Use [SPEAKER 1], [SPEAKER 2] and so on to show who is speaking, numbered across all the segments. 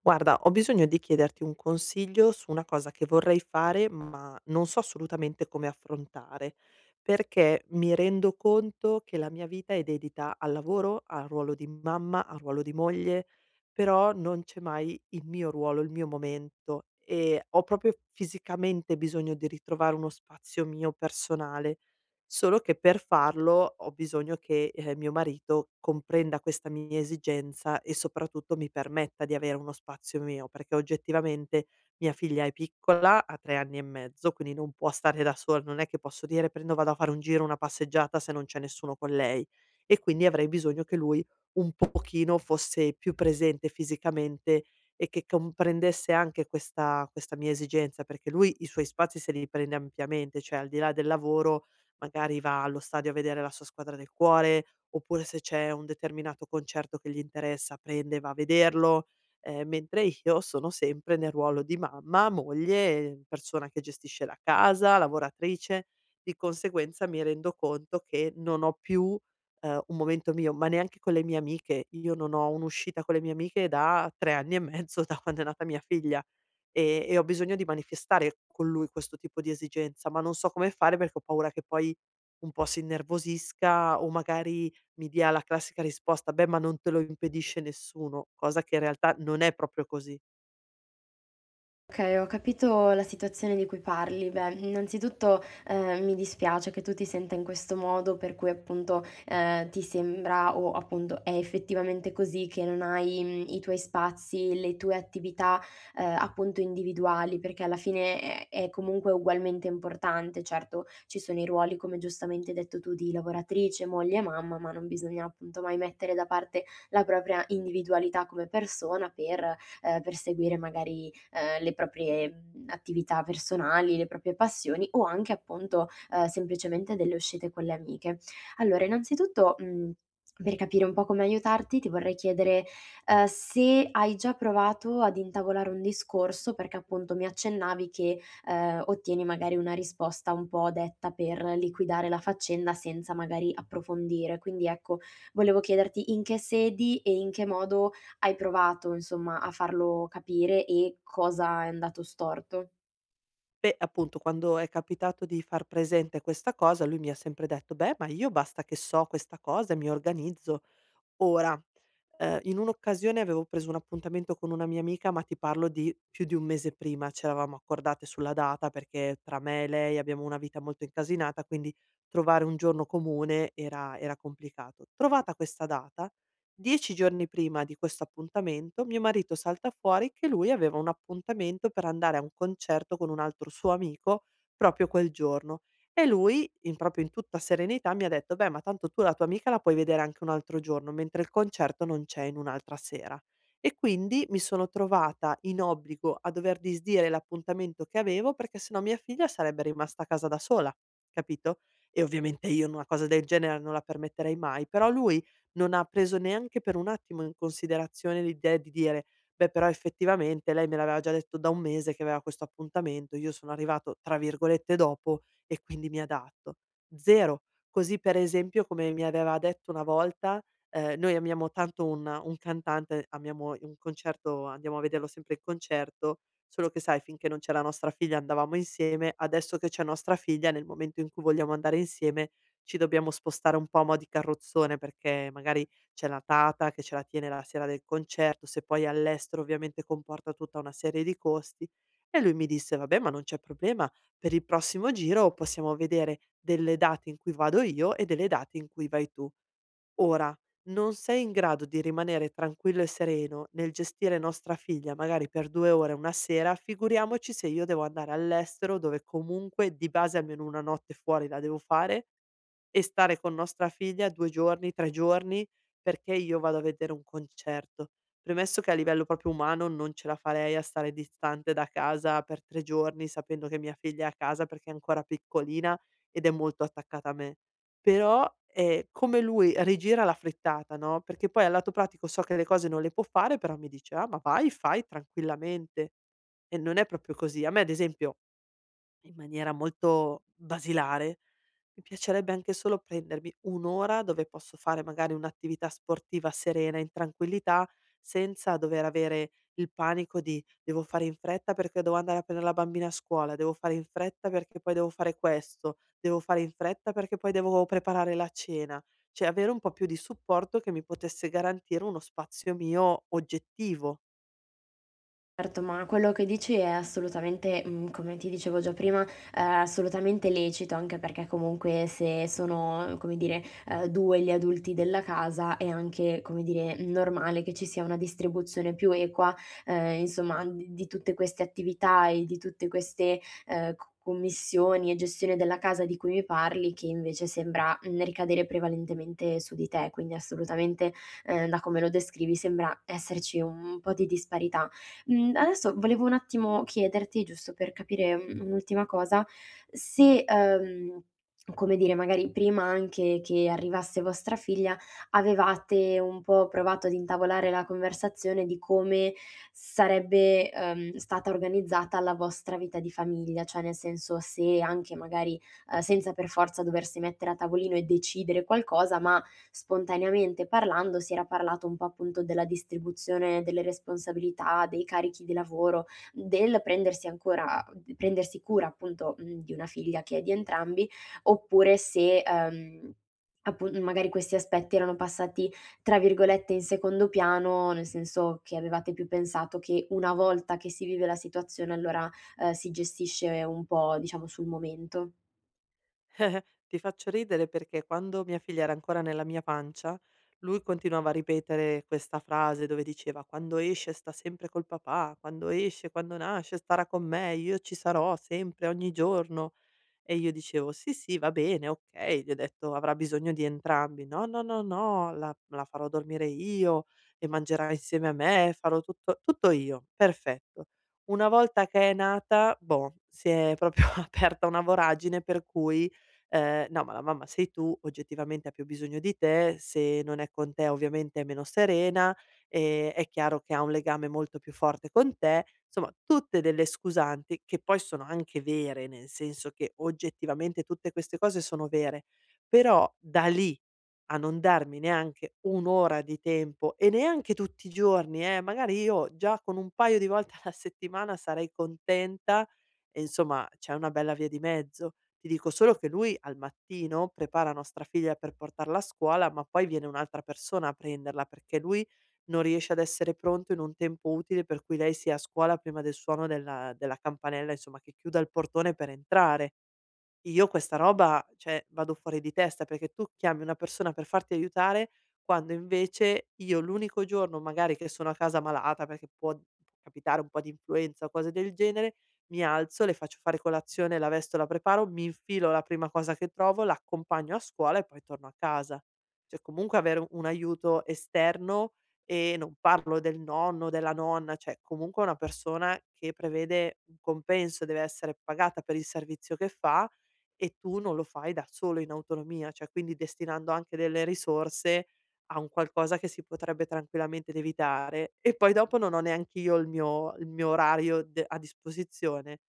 [SPEAKER 1] Guarda, ho bisogno di chiederti un consiglio su una cosa che vorrei fare, ma non so assolutamente come affrontare, perché mi rendo conto che la mia vita è dedita al lavoro, al ruolo di mamma, al ruolo di moglie, però non c'è mai il mio ruolo, il mio momento e ho proprio fisicamente bisogno di ritrovare uno spazio mio personale. Solo che per farlo ho bisogno che, mio marito comprenda questa mia esigenza e soprattutto mi permetta di avere uno spazio mio, perché oggettivamente mia figlia è piccola, ha 3 anni e mezzo, quindi non può stare da sola, non è che posso dire: "Prendo vado a fare un giro, una passeggiata", se non c'è nessuno con lei. E quindi avrei bisogno che lui un pochino fosse più presente fisicamente e che comprendesse anche questa mia esigenza, perché lui i suoi spazi se li prende ampiamente, cioè al di là del lavoro magari va allo stadio a vedere la sua squadra del cuore, oppure se c'è un determinato concerto che gli interessa prende e va a vederlo, mentre io sono sempre nel ruolo di mamma, moglie, persona che gestisce la casa, lavoratrice, di conseguenza mi rendo conto che non ho più, un momento mio, ma neanche con le mie amiche. Io non ho un'uscita con le mie amiche da 3 anni e mezzo, da quando è nata mia figlia e ho bisogno di manifestare con lui questo tipo di esigenza, ma non so come fare perché ho paura che poi un po' si innervosisca o magari mi dia la classica risposta: "Beh, ma non te lo impedisce nessuno", cosa che in realtà non è proprio così.
[SPEAKER 2] Okay, ho capito la situazione di cui parli. Beh, innanzitutto, mi dispiace che tu ti senta in questo modo, per cui appunto, ti sembra o appunto è effettivamente così che non hai, i tuoi spazi, le tue attività, appunto individuali, perché alla fine è comunque ugualmente importante. Certo, ci sono i ruoli, come giustamente hai detto tu, di lavoratrice, moglie e mamma, ma non bisogna appunto mai mettere da parte la propria individualità come persona per, perseguire magari le proprie attività personali, le proprie passioni o anche appunto, semplicemente delle uscite con le amiche. Allora innanzitutto, per capire un po' come aiutarti ti vorrei chiedere, se hai già provato ad intavolare un discorso, perché appunto mi accennavi che, ottieni magari una risposta un po' detta per liquidare la faccenda senza magari approfondire. Quindi ecco, volevo chiederti in che sedi e in che modo hai provato, insomma, a farlo capire e cosa è andato storto?
[SPEAKER 1] Beh, appunto, quando è capitato di far presente questa cosa, lui mi ha sempre detto: "Beh, ma io basta che so questa cosa e mi organizzo". Ora. In un'occasione avevo preso un appuntamento con una mia amica, ma ti parlo di più di 1 mese prima, ci eravamo accordate sulla data perché tra me e lei abbiamo una vita molto incasinata, quindi trovare un giorno comune era complicato. Trovata questa data, 10 giorni prima di questo appuntamento, mio marito salta fuori che lui aveva un appuntamento per andare a un concerto con un altro suo amico proprio quel giorno. E lui in proprio in tutta serenità mi ha detto: "Beh, ma tanto tu la tua amica la puoi vedere anche un altro giorno, mentre il concerto non c'è in un'altra sera". E quindi mi sono trovata in obbligo a dover disdire l'appuntamento che avevo, perché se no mia figlia sarebbe rimasta a casa da sola, capito? E ovviamente io una cosa del genere non la permetterei mai, però lui non ha preso neanche per un attimo in considerazione l'idea di dire: "Beh, però effettivamente lei me l'aveva già detto da un mese che aveva questo appuntamento, io sono arrivato, tra virgolette, "dopo" e quindi mi adatto. 0. Così per esempio come mi aveva detto una volta, noi amiamo tanto un cantante, amiamo un concerto andiamo a vederlo sempre in concerto, solo che sai finché non c'era nostra figlia andavamo insieme, adesso che c'è nostra figlia nel momento in cui vogliamo andare insieme ci dobbiamo spostare un po' a mo' di carrozzone, perché magari c'è la tata che ce la tiene la sera del concerto, se poi è all'estero ovviamente comporta tutta una serie di costi. E lui mi disse: "Vabbè, ma non c'è problema per il prossimo giro possiamo vedere delle date in cui vado io e delle date in cui vai tu. Ora, non sei in grado di rimanere tranquillo e sereno nel gestire nostra figlia magari per 2 ore una sera, figuriamoci se io devo andare all'estero dove comunque di base almeno una notte fuori la devo fare e stare con nostra figlia 2 giorni, 3 giorni, perché io vado a vedere un concerto. Premesso che a livello proprio umano non ce la farei a stare distante da casa per 3 giorni, sapendo che mia figlia è a casa perché è ancora piccolina ed è molto attaccata a me. Però, come lui rigira la frittata, no, perché poi al lato pratico so che le cose non le può fare, però mi dice: "Ah, ma vai, fai tranquillamente." E non è proprio così. A me ad esempio in maniera molto basilare, mi piacerebbe anche solo prendermi 1 ora dove posso fare magari un'attività sportiva serena, in tranquillità, senza dover avere il panico di: "Devo fare in fretta perché devo andare a prendere la bambina a scuola, devo fare in fretta perché poi devo fare questo, devo fare in fretta perché poi devo preparare la cena." Cioè avere un po' più di supporto che mi potesse garantire uno spazio mio oggettivo.
[SPEAKER 2] Certo, ma quello che dici è assolutamente, come ti dicevo già prima, assolutamente lecito, anche perché comunque se sono, come dire, 2 gli adulti della casa è anche, come dire, normale che ci sia una distribuzione più equa, insomma di tutte queste attività e di tutte queste, co commissioni e gestione della casa di cui mi parli, che invece sembra, ricadere prevalentemente su di te. Quindi assolutamente, da come lo descrivi sembra esserci un po' di disparità. Adesso volevo un attimo chiederti, giusto per capire, un'ultima cosa, se, come dire, magari prima anche che arrivasse vostra figlia, avevate un po' provato ad intavolare la conversazione di come sarebbe, stata organizzata la vostra vita di famiglia, cioè nel senso se anche magari, senza per forza doversi mettere a tavolino e decidere qualcosa, ma spontaneamente parlando si era parlato un po' appunto della distribuzione delle responsabilità, dei carichi di lavoro, del prendersi ancora prendersi cura appunto, di una figlia che è di entrambi, oppure se, appun magari questi aspetti erano passati, tra virgolette, "in secondo piano", nel senso che avevate più pensato che una volta che si vive la situazione allora, si gestisce un po' diciamo sul momento.
[SPEAKER 1] Ti faccio ridere perché quando mia figlia era ancora nella mia pancia, lui continuava a ripetere questa frase dove diceva: "Quando esce sta sempre col papà, quando esce, quando nasce starà con me, io ci sarò sempre, ogni giorno". E io dicevo: "Sì, sì, va bene, okay." Gli ho detto: "Avrà bisogno di entrambi." "No, no, no, no, la farò dormire io e mangerà insieme a me, farò tutto tutto io." Perfetto. Una volta che è nata, boh, si è proprio aperta una voragine per cui, "No, ma la mamma sei tu, oggettivamente ha più bisogno di te, se non è con te ovviamente è meno serena." È chiaro che ha un legame molto più forte con te. Insomma, tutte delle scusanti che poi sono anche vere, nel senso che oggettivamente tutte queste cose sono vere, però da lì a non darmi neanche 1 ora di tempo e neanche tutti i giorni, magari io già con un paio di volte alla settimana sarei contenta e insomma c'è una bella via di mezzo. Ti dico solo che lui al mattino prepara nostra figlia per portarla a scuola, ma poi viene un'altra persona a prenderla, perché lui non riesce ad essere pronto in un tempo utile per cui lei sia a scuola prima del suono della campanella, insomma, che chiuda il portone per entrare. Io questa roba, cioè vado fuori di testa, perché tu chiami una persona per farti aiutare, quando invece io l'unico giorno magari che sono a casa malata, perché può capitare un po' di influenza o cose del genere, mi alzo, le faccio fare colazione, la vesto, la preparo, mi infilo la prima cosa che trovo, l'accompagno a scuola e poi torno a casa. Cioè comunque avere un aiuto esterno e non parlo del nonno, della nonna, cioè comunque una persona che prevede un compenso, deve essere pagata per il servizio che fa e tu non lo fai da solo in autonomia, cioè quindi destinando anche delle risorse a un qualcosa che si potrebbe tranquillamente ed evitare e poi dopo non ho neanch'io il mio orario de a disposizione,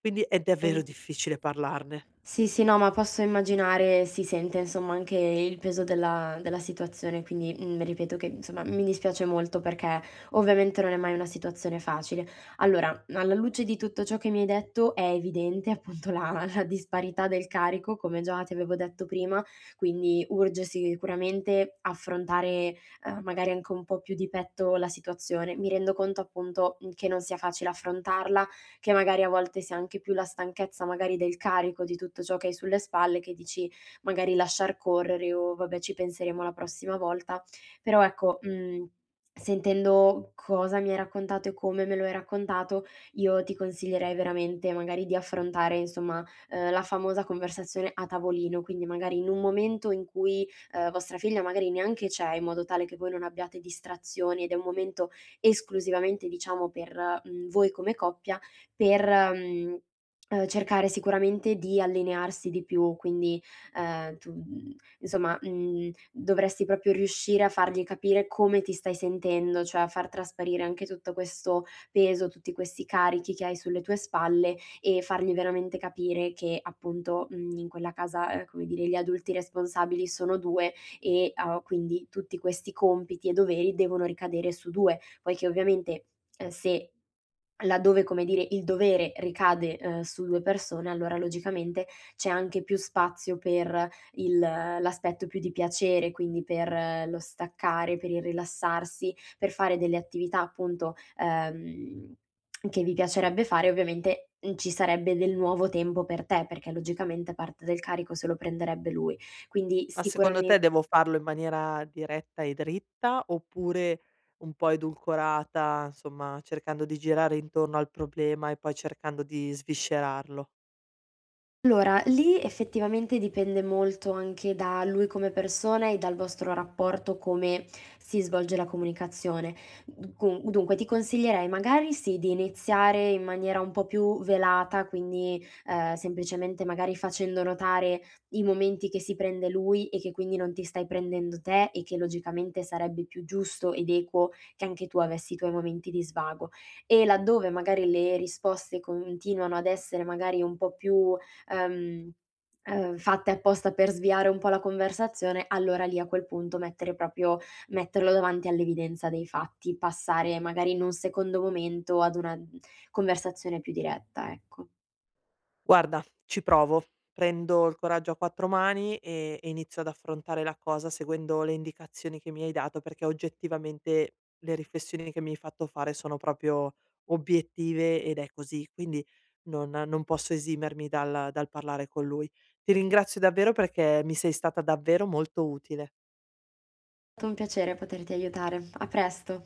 [SPEAKER 1] quindi è davvero
[SPEAKER 2] Mm.
[SPEAKER 1] difficile parlarne.
[SPEAKER 2] Sì, sì, no, ma posso immaginare, si sente insomma anche il peso della, della situazione, quindi mm, ripeto che insomma mi dispiace molto perché ovviamente non è mai una situazione facile. Allora, alla luce di tutto ciò che mi hai detto è evidente appunto la, la disparità del carico, come già ti avevo detto prima, quindi urge sicuramente affrontare magari anche un po' più di petto la situazione. Mi rendo conto appunto che non sia facile affrontarla che magari a volte sia anche più la stanchezza magari del carico di tutto ciò che hai sulle spalle, che dici magari lasciar correre o vabbè ci penseremo la prossima volta. Però ecco, sentendo cosa mi hai raccontato e come me lo hai raccontato, io ti consiglierei veramente magari di affrontare insomma, la famosa conversazione a tavolino, quindi magari in un momento in cui, vostra figlia magari neanche c'è, in modo tale che voi non abbiate distrazioni ed è un momento esclusivamente diciamo per, voi come coppia per, mhmm, cercare sicuramente di allinearsi di più, quindi, tu insomma, dovresti proprio riuscire a fargli capire come ti stai sentendo, cioè a far trasparire anche tutto questo peso, tutti questi carichi che hai sulle tue spalle e fargli veramente capire che appunto, in quella casa, come dire, gli adulti responsabili sono 2 e, quindi tutti questi compiti e doveri devono ricadere su 2. Poiché ovviamente, se Laddove, come dire, il dovere ricade, su 2 persone, allora logicamente c'è anche più spazio per il l'aspetto più di piacere, quindi per lo staccare, per il rilassarsi, per fare delle attività appunto, che vi piacerebbe fare. Ovviamente, ci sarebbe del nuovo tempo per te, perché logicamente parte del carico se lo prenderebbe lui. Quindi
[SPEAKER 1] Ma secondo
[SPEAKER 2] sicuramen
[SPEAKER 1] te devo farlo in maniera diretta e dritta oppure un po' edulcorata, insomma cercando di girare intorno al problema e poi cercando di sviscerarlo?
[SPEAKER 2] Allora, lì effettivamente dipende molto anche da lui come persona e dal vostro rapporto, come si svolge la comunicazione. Gun Dunque ti consiglierei magari sì, di iniziare in maniera un po' più velata, quindi, semplicemente magari facendo notare i momenti che si prende lui e che quindi non ti stai prendendo te e che logicamente sarebbe più giusto ed equo che anche tu avessi i tuoi momenti di svago. E laddove magari le risposte continuano ad essere magari un po' più ehm, fatte apposta per sviare un po' la conversazione, allora lì a quel punto mettere proprio metterlo davanti all'evidenza dei fatti, passare magari in un secondo momento ad una conversazione più diretta, ecco.
[SPEAKER 1] Guarda, ci provo. Prendo il coraggio a quattro mani e inizio ad affrontare la cosa seguendo le indicazioni che mi hai dato, perché oggettivamente le riflessioni che mi hai fatto fare sono proprio obiettive ed è così, quindi non posso esimermi dal parlare con lui. Ti ringrazio davvero perché mi sei stata davvero molto utile.
[SPEAKER 2] È stato un piacere poterti aiutare. A presto.